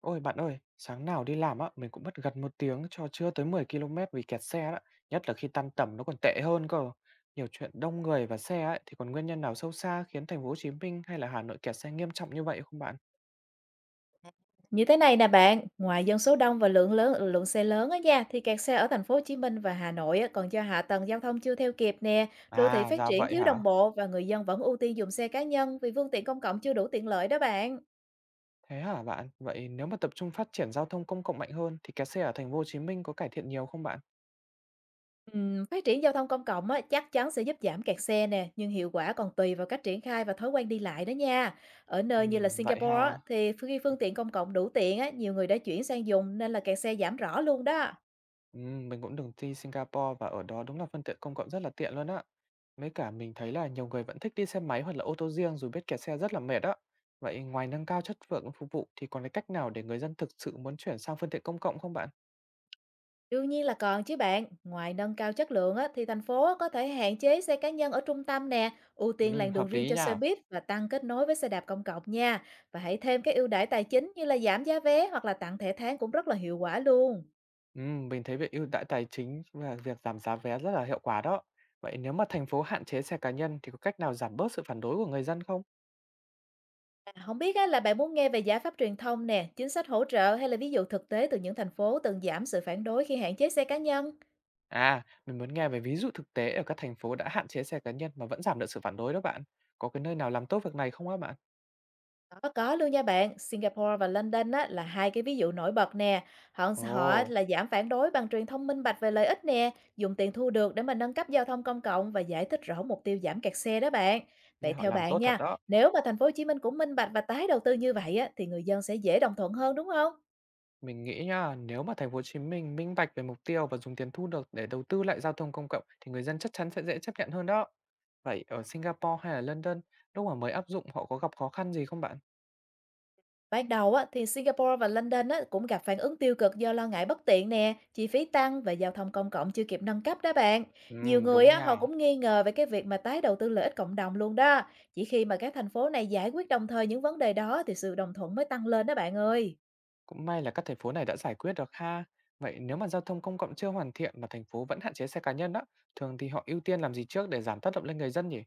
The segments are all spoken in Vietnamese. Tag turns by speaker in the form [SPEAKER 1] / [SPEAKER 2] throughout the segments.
[SPEAKER 1] Ôi bạn ơi, sáng nào đi làm á, mình cũng mất gần một tiếng cho chưa tới 10 km vì kẹt xe đó. Nhất là khi tan tầm nó còn tệ hơn cơ. Nhiều chuyện đông người và xe ấy, thì còn nguyên nhân nào sâu xa khiến thành phố Hồ Chí Minh hay là Hà Nội kẹt xe nghiêm trọng như vậy không bạn?
[SPEAKER 2] Như thế này nè bạn, ngoài dân số đông và lượng lớn lượng xe lớn á nha, thì kẹt xe ở thành phố Hồ Chí Minh và Hà Nội á, còn do hạ tầng giao thông chưa theo kịp nè, đô thị
[SPEAKER 1] À,
[SPEAKER 2] phát
[SPEAKER 1] ra
[SPEAKER 2] triển
[SPEAKER 1] vậy
[SPEAKER 2] thiếu đồng
[SPEAKER 1] hả?
[SPEAKER 2] bộ và người dân vẫn ưu tiên dùng xe cá nhân vì phương tiện công cộng chưa đủ tiện lợi đó bạn.
[SPEAKER 1] Thế hả bạn? Vậy nếu mà tập trung phát triển giao thông công cộng mạnh hơn thì kẹt xe ở thành phố Hồ Chí Minh có cải thiện nhiều không bạn?
[SPEAKER 2] Phát triển giao thông công cộng á, chắc chắn sẽ giúp giảm kẹt xe nè, nhưng hiệu quả còn tùy vào cách triển khai và thói quen đi lại đó nha. Ở
[SPEAKER 1] Ừ,
[SPEAKER 2] nơi như là
[SPEAKER 1] vậy
[SPEAKER 2] Singapore á,
[SPEAKER 1] ha.
[SPEAKER 2] thì khi phương tiện công cộng đủ tiện á, nhiều người đã chuyển sang dùng nên là kẹt xe giảm rõ luôn đó.
[SPEAKER 1] Ừ, mình cũng từng đi Singapore và ở đó đúng là phương tiện công cộng rất là tiện luôn á. Với cả mình thấy là nhiều người vẫn thích đi xe máy hoặc là ô tô riêng dù biết kẹt xe rất là mệt á. Vậy ngoài nâng cao chất lượng phục vụ thì còn cái cách nào để người dân thực sự muốn chuyển sang phương tiện công cộng không bạn?
[SPEAKER 2] Đương nhiên là còn chứ bạn, ngoài nâng cao chất lượng á, thì thành phố có thể hạn chế xe cá nhân ở trung tâm nè, ưu
[SPEAKER 1] Ừ,
[SPEAKER 2] tiên làn đường
[SPEAKER 1] hợp
[SPEAKER 2] riêng
[SPEAKER 1] lý
[SPEAKER 2] cho xe
[SPEAKER 1] nha.
[SPEAKER 2] buýt và tăng kết nối với xe đạp công cộng nha. Và hãy thêm cái ưu đãi tài chính như là giảm giá vé hoặc là tặng thẻ tháng cũng rất là hiệu quả luôn.
[SPEAKER 1] Ừ, mình thấy việc ưu đãi tài chính và việc giảm giá vé rất là hiệu quả đó. Vậy nếu mà thành phố hạn chế xe cá nhân thì có cách nào giảm bớt sự phản đối của người dân không?
[SPEAKER 2] À, không biết á, là bạn muốn nghe về giải pháp truyền thông nè, chính sách hỗ trợ hay là ví dụ thực tế từ những thành phố từng giảm sự phản đối khi hạn chế xe cá nhân?
[SPEAKER 1] À, mình muốn nghe về ví dụ thực tế ở các thành phố đã hạn chế xe cá nhân mà vẫn giảm được sự phản đối đó bạn. Có cái nơi nào làm tốt việc này không á bạn?
[SPEAKER 2] Có luôn nha bạn. Singapore và London á, là hai cái ví dụ nổi bật nè. Họ họ
[SPEAKER 1] Ồ,
[SPEAKER 2] là giảm phản đối bằng truyền thông minh bạch về lợi ích nè, dùng tiền thu được để mà nâng cấp giao thông công cộng và giải thích rõ mục tiêu giảm kẹt xe đó bạn.
[SPEAKER 1] nghe
[SPEAKER 2] Vậy
[SPEAKER 1] họ
[SPEAKER 2] theo
[SPEAKER 1] làm
[SPEAKER 2] bạn
[SPEAKER 1] tốt thật
[SPEAKER 2] nha,
[SPEAKER 1] đó.
[SPEAKER 2] nếu mà thành phố Hồ Chí Minh cũng minh bạch và tái đầu tư như vậy á, thì người dân sẽ dễ đồng thuận hơn đúng không?
[SPEAKER 1] Mình nghĩ nha, nếu mà thành phố Hồ Chí Minh minh bạch về mục tiêu và dùng tiền thu được để đầu tư lại giao thông công cộng thì người dân chắc chắn sẽ dễ chấp nhận hơn đó. Vậy ở Singapore hay là London, lúc mà mới áp dụng họ có gặp khó khăn gì không bạn?
[SPEAKER 2] Ban đầu á, thì Singapore và London á, cũng gặp phản ứng tiêu cực do lo ngại bất tiện nè, chi phí tăng và giao thông công cộng chưa kịp nâng cấp đó bạn.
[SPEAKER 1] Ừ,
[SPEAKER 2] Nhiều người
[SPEAKER 1] đúng
[SPEAKER 2] á, họ
[SPEAKER 1] nha.
[SPEAKER 2] cũng nghi ngờ về cái việc mà tái đầu tư lợi ích cộng đồng luôn đó. Chỉ khi mà các thành phố này giải quyết đồng thời những vấn đề đó thì sự đồng thuận mới tăng lên đó bạn ơi.
[SPEAKER 1] Cũng may là các thành phố này đã giải quyết được ha. Vậy nếu mà giao thông công cộng chưa hoàn thiện mà thành phố vẫn hạn chế xe cá nhân đó, thường thì họ ưu tiên làm gì trước để giảm tác động lên người dân nhỉ?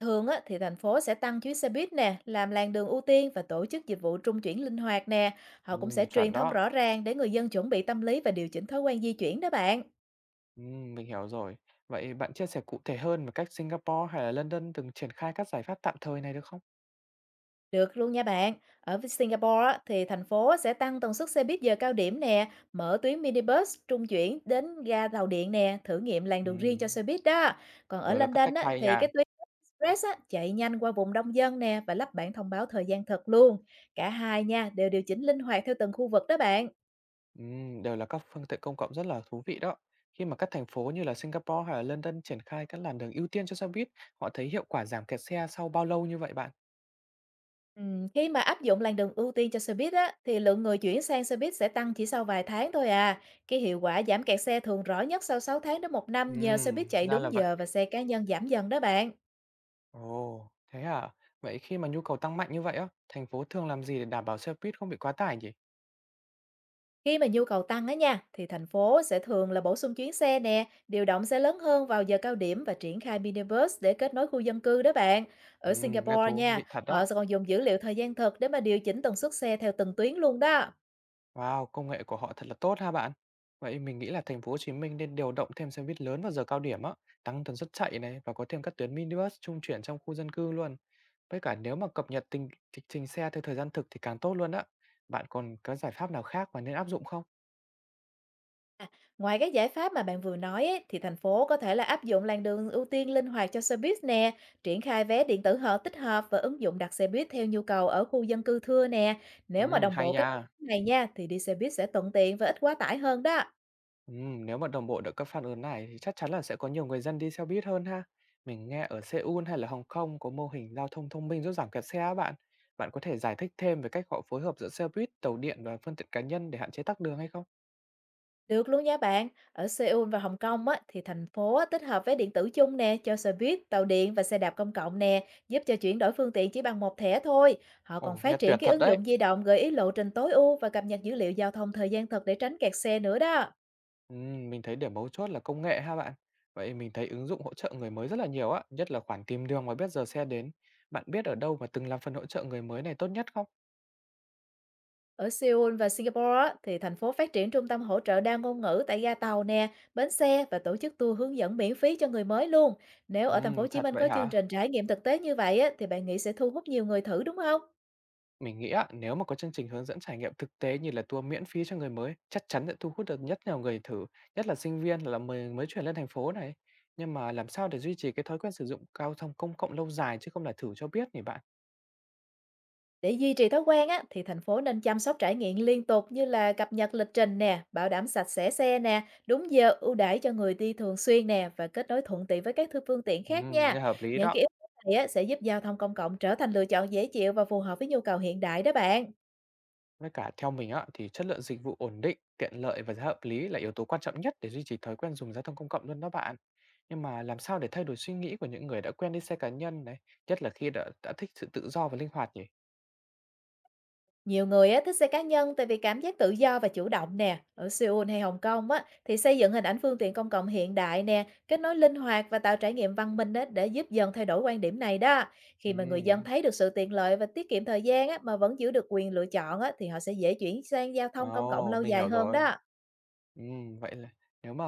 [SPEAKER 2] Thường á, thì thành phố sẽ tăng chuyến xe buýt nè, làm làn đường ưu tiên và tổ chức dịch vụ trung chuyển linh hoạt nè. Họ
[SPEAKER 1] Ừ,
[SPEAKER 2] cũng sẽ truyền
[SPEAKER 1] chuẩn
[SPEAKER 2] thông
[SPEAKER 1] đó.
[SPEAKER 2] rõ ràng để người dân chuẩn bị tâm lý và điều chỉnh thói quen di chuyển đó bạn.
[SPEAKER 1] Ừ, mình hiểu rồi. Vậy bạn chia sẻ cụ thể hơn về cách Singapore hay là London từng triển khai các giải pháp tạm thời này được không?
[SPEAKER 2] Được luôn nha bạn. Ở với Singapore á, thì thành phố sẽ tăng tần suất xe buýt giờ cao điểm nè, mở tuyến minibus trung chuyển đến ga tàu điện nè, thử nghiệm làn
[SPEAKER 1] Ừ.
[SPEAKER 2] đường riêng cho xe buýt đó. Còn ở
[SPEAKER 1] Đều là các
[SPEAKER 2] London
[SPEAKER 1] cách
[SPEAKER 2] á,
[SPEAKER 1] hay
[SPEAKER 2] thì
[SPEAKER 1] nha.
[SPEAKER 2] cái tuyến express á, chạy nhanh qua vùng đông dân nè và lắp bảng thông báo thời gian thật luôn. Cả hai nha đều điều chỉnh linh hoạt theo từng khu vực đó bạn.
[SPEAKER 1] Đều là các phương tiện công cộng rất là thú vị đó. Khi mà các thành phố như là Singapore hay là London triển khai các làn đường ưu tiên cho xe buýt, họ thấy hiệu quả giảm kẹt xe sau bao lâu như vậy bạn?
[SPEAKER 2] Khi mà áp dụng làn đường ưu tiên cho xe buýt á, thì lượng người chuyển sang xe buýt sẽ tăng chỉ sau vài tháng thôi à. Cái hiệu quả giảm kẹt xe thường rõ nhất sau 6 tháng đến một năm nhờ xe buýt chạy
[SPEAKER 1] Ra là
[SPEAKER 2] đúng
[SPEAKER 1] vậy.
[SPEAKER 2] giờ và xe cá nhân giảm dần đó bạn.
[SPEAKER 1] Ồ, thế à? Vậy khi mà nhu cầu tăng mạnh như vậy á, thành phố thường làm gì để đảm bảo xe buýt không bị quá tải nhỉ?
[SPEAKER 2] Khi mà nhu cầu tăng á nha, thì thành phố sẽ thường là bổ sung chuyến xe nè, điều động xe lớn hơn vào giờ cao điểm và triển khai minibus để kết nối khu dân cư đó bạn. Ở
[SPEAKER 1] Nghe
[SPEAKER 2] Singapore
[SPEAKER 1] thú
[SPEAKER 2] nha,
[SPEAKER 1] vị thật đó.
[SPEAKER 2] họ sẽ còn dùng dữ liệu thời gian thực để mà điều chỉnh tần suất xe theo từng tuyến luôn đó.
[SPEAKER 1] Wow, công nghệ của họ thật là tốt ha bạn. Vậy mình nghĩ là thành phố Hồ Chí Minh nên điều động thêm xe buýt lớn vào giờ cao điểm á, tăng tần suất chạy này và có thêm các tuyến minibus trung chuyển trong khu dân cư luôn. Với cả nếu mà cập nhật lịch trình xe theo thời gian thực thì càng tốt luôn á. Bạn còn có giải pháp nào khác mà nên áp dụng không?
[SPEAKER 2] À, ngoài các giải pháp mà bạn vừa nói ấy, thì thành phố có thể là áp dụng làn đường ưu tiên linh hoạt cho xe buýt nè, triển khai vé điện tử hợp tích hợp và ứng dụng đặt xe buýt theo nhu cầu ở khu dân cư thưa nè. Nếu mà đồng bộ
[SPEAKER 1] Hay
[SPEAKER 2] các phương
[SPEAKER 1] nha.
[SPEAKER 2] án này nha thì đi xe buýt sẽ thuận tiện và ít quá tải hơn đó.
[SPEAKER 1] Nếu mà đồng bộ được các phản ứng này thì chắc chắn là sẽ có nhiều người dân đi xe buýt hơn ha. Mình nghe ở Seoul hay là Hồng Kông có mô hình giao thông thông minh giúp giảm kẹt xe á bạn. Bạn có thể giải thích thêm về cách họ phối hợp giữa xe buýt, tàu điện và phương tiện cá nhân để hạn chế tắc đường hay không?
[SPEAKER 2] Được luôn nha bạn. Ở Seoul và Hồng Kông á, thì thành phố á, tích hợp vé điện tử chung nè cho xe buýt, tàu điện và xe đạp công cộng nè, giúp cho chuyển đổi phương tiện chỉ bằng một thẻ thôi. Họ còn
[SPEAKER 1] Ồ, nghe
[SPEAKER 2] phát triển
[SPEAKER 1] tuyệt
[SPEAKER 2] cái
[SPEAKER 1] thật
[SPEAKER 2] ứng
[SPEAKER 1] đấy.
[SPEAKER 2] dụng di động gợi ý lộ trình tối ưu và cập nhật dữ liệu giao thông thời gian thật để tránh kẹt xe nữa đó.
[SPEAKER 1] Mình thấy điểm mấu chốt là công nghệ ha bạn. Vậy mình thấy ứng dụng hỗ trợ người mới rất là nhiều á, nhất là khoản tìm đường và biết giờ xe đến. Bạn biết ở đâu mà từng làm phần hỗ trợ người mới này tốt nhất không?
[SPEAKER 2] Ở Seoul và Singapore á, thì thành phố phát triển trung tâm hỗ trợ đa ngôn ngữ tại ga tàu nè, bến xe và tổ chức tour hướng dẫn miễn phí cho người mới luôn. Nếu ở thành phố Hồ Chí
[SPEAKER 1] Thật
[SPEAKER 2] Minh
[SPEAKER 1] vậy
[SPEAKER 2] có chương
[SPEAKER 1] hả?
[SPEAKER 2] trình trải nghiệm thực tế như vậy á, thì bạn nghĩ sẽ thu hút nhiều người thử đúng không?
[SPEAKER 1] Mình nghĩ á, nếu mà có chương trình hướng dẫn trải nghiệm thực tế như là tour miễn phí cho người mới, chắc chắn sẽ thu hút được nhất nhiều người thử, nhất là sinh viên là mới mới chuyển lên thành phố này. Nhưng mà làm sao để duy trì cái thói quen sử dụng giao thông công cộng lâu dài chứ không là thử cho biết nhỉ bạn?
[SPEAKER 2] Để duy trì thói quen á, thì thành phố nên chăm sóc trải nghiệm liên tục như là cập nhật lịch trình nè, bảo đảm sạch sẽ xe nè, đúng giờ ưu đãi cho người đi thường xuyên nè và kết nối thuận tiện với các thư phương tiện khác nha.
[SPEAKER 1] Nghe hợp lý
[SPEAKER 2] Những cái
[SPEAKER 1] đó.
[SPEAKER 2] yếu tố này á, sẽ giúp giao thông công cộng trở thành lựa chọn dễ chịu và phù hợp với nhu cầu hiện đại đó bạn.
[SPEAKER 1] Với cả theo mình á, thì chất lượng dịch vụ ổn định, tiện lợi và giá hợp lý là yếu tố quan trọng nhất để duy trì thói quen dùng giao thông công cộng luôn đó bạn. Nhưng mà làm sao để thay đổi suy nghĩ của những người đã quen đi xe cá nhân này, nhất là khi đã thích sự tự do và linh hoạt nhỉ?
[SPEAKER 2] Nhiều người á, thích xe cá nhân tại vì cảm giác tự do và chủ động nè. Ở Seoul hay Hồng Kông á, thì xây dựng hình ảnh phương tiện công cộng hiện đại nè, kết nối linh hoạt và tạo trải nghiệm văn minh á, để giúp dần thay đổi quan điểm này đó. Khi mà người dân
[SPEAKER 1] Ừm.
[SPEAKER 2] thấy được sự tiện lợi và tiết kiệm thời gian á, mà vẫn giữ được quyền lựa chọn á, thì họ sẽ dễ chuyển sang giao thông công cộng
[SPEAKER 1] Ồ,
[SPEAKER 2] lâu
[SPEAKER 1] mình
[SPEAKER 2] dài
[SPEAKER 1] hiểu
[SPEAKER 2] hơn
[SPEAKER 1] rồi.
[SPEAKER 2] đó.
[SPEAKER 1] Vậy là nếu mà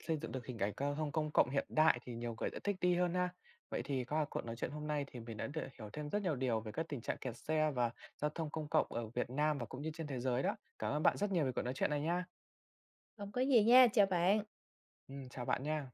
[SPEAKER 1] xây dựng được hình ảnh giao thông công cộng hiện đại thì nhiều người sẽ thích đi hơn ha. Vậy thì qua cuộc nói chuyện hôm nay thì mình đã được hiểu thêm rất nhiều điều về các tình trạng kẹt xe và giao thông công cộng ở Việt Nam và cũng như trên thế giới đó. Cảm ơn bạn rất nhiều về cuộc nói chuyện này nha.
[SPEAKER 2] Không có gì nha, chào bạn.
[SPEAKER 1] Ừ, chào bạn nha.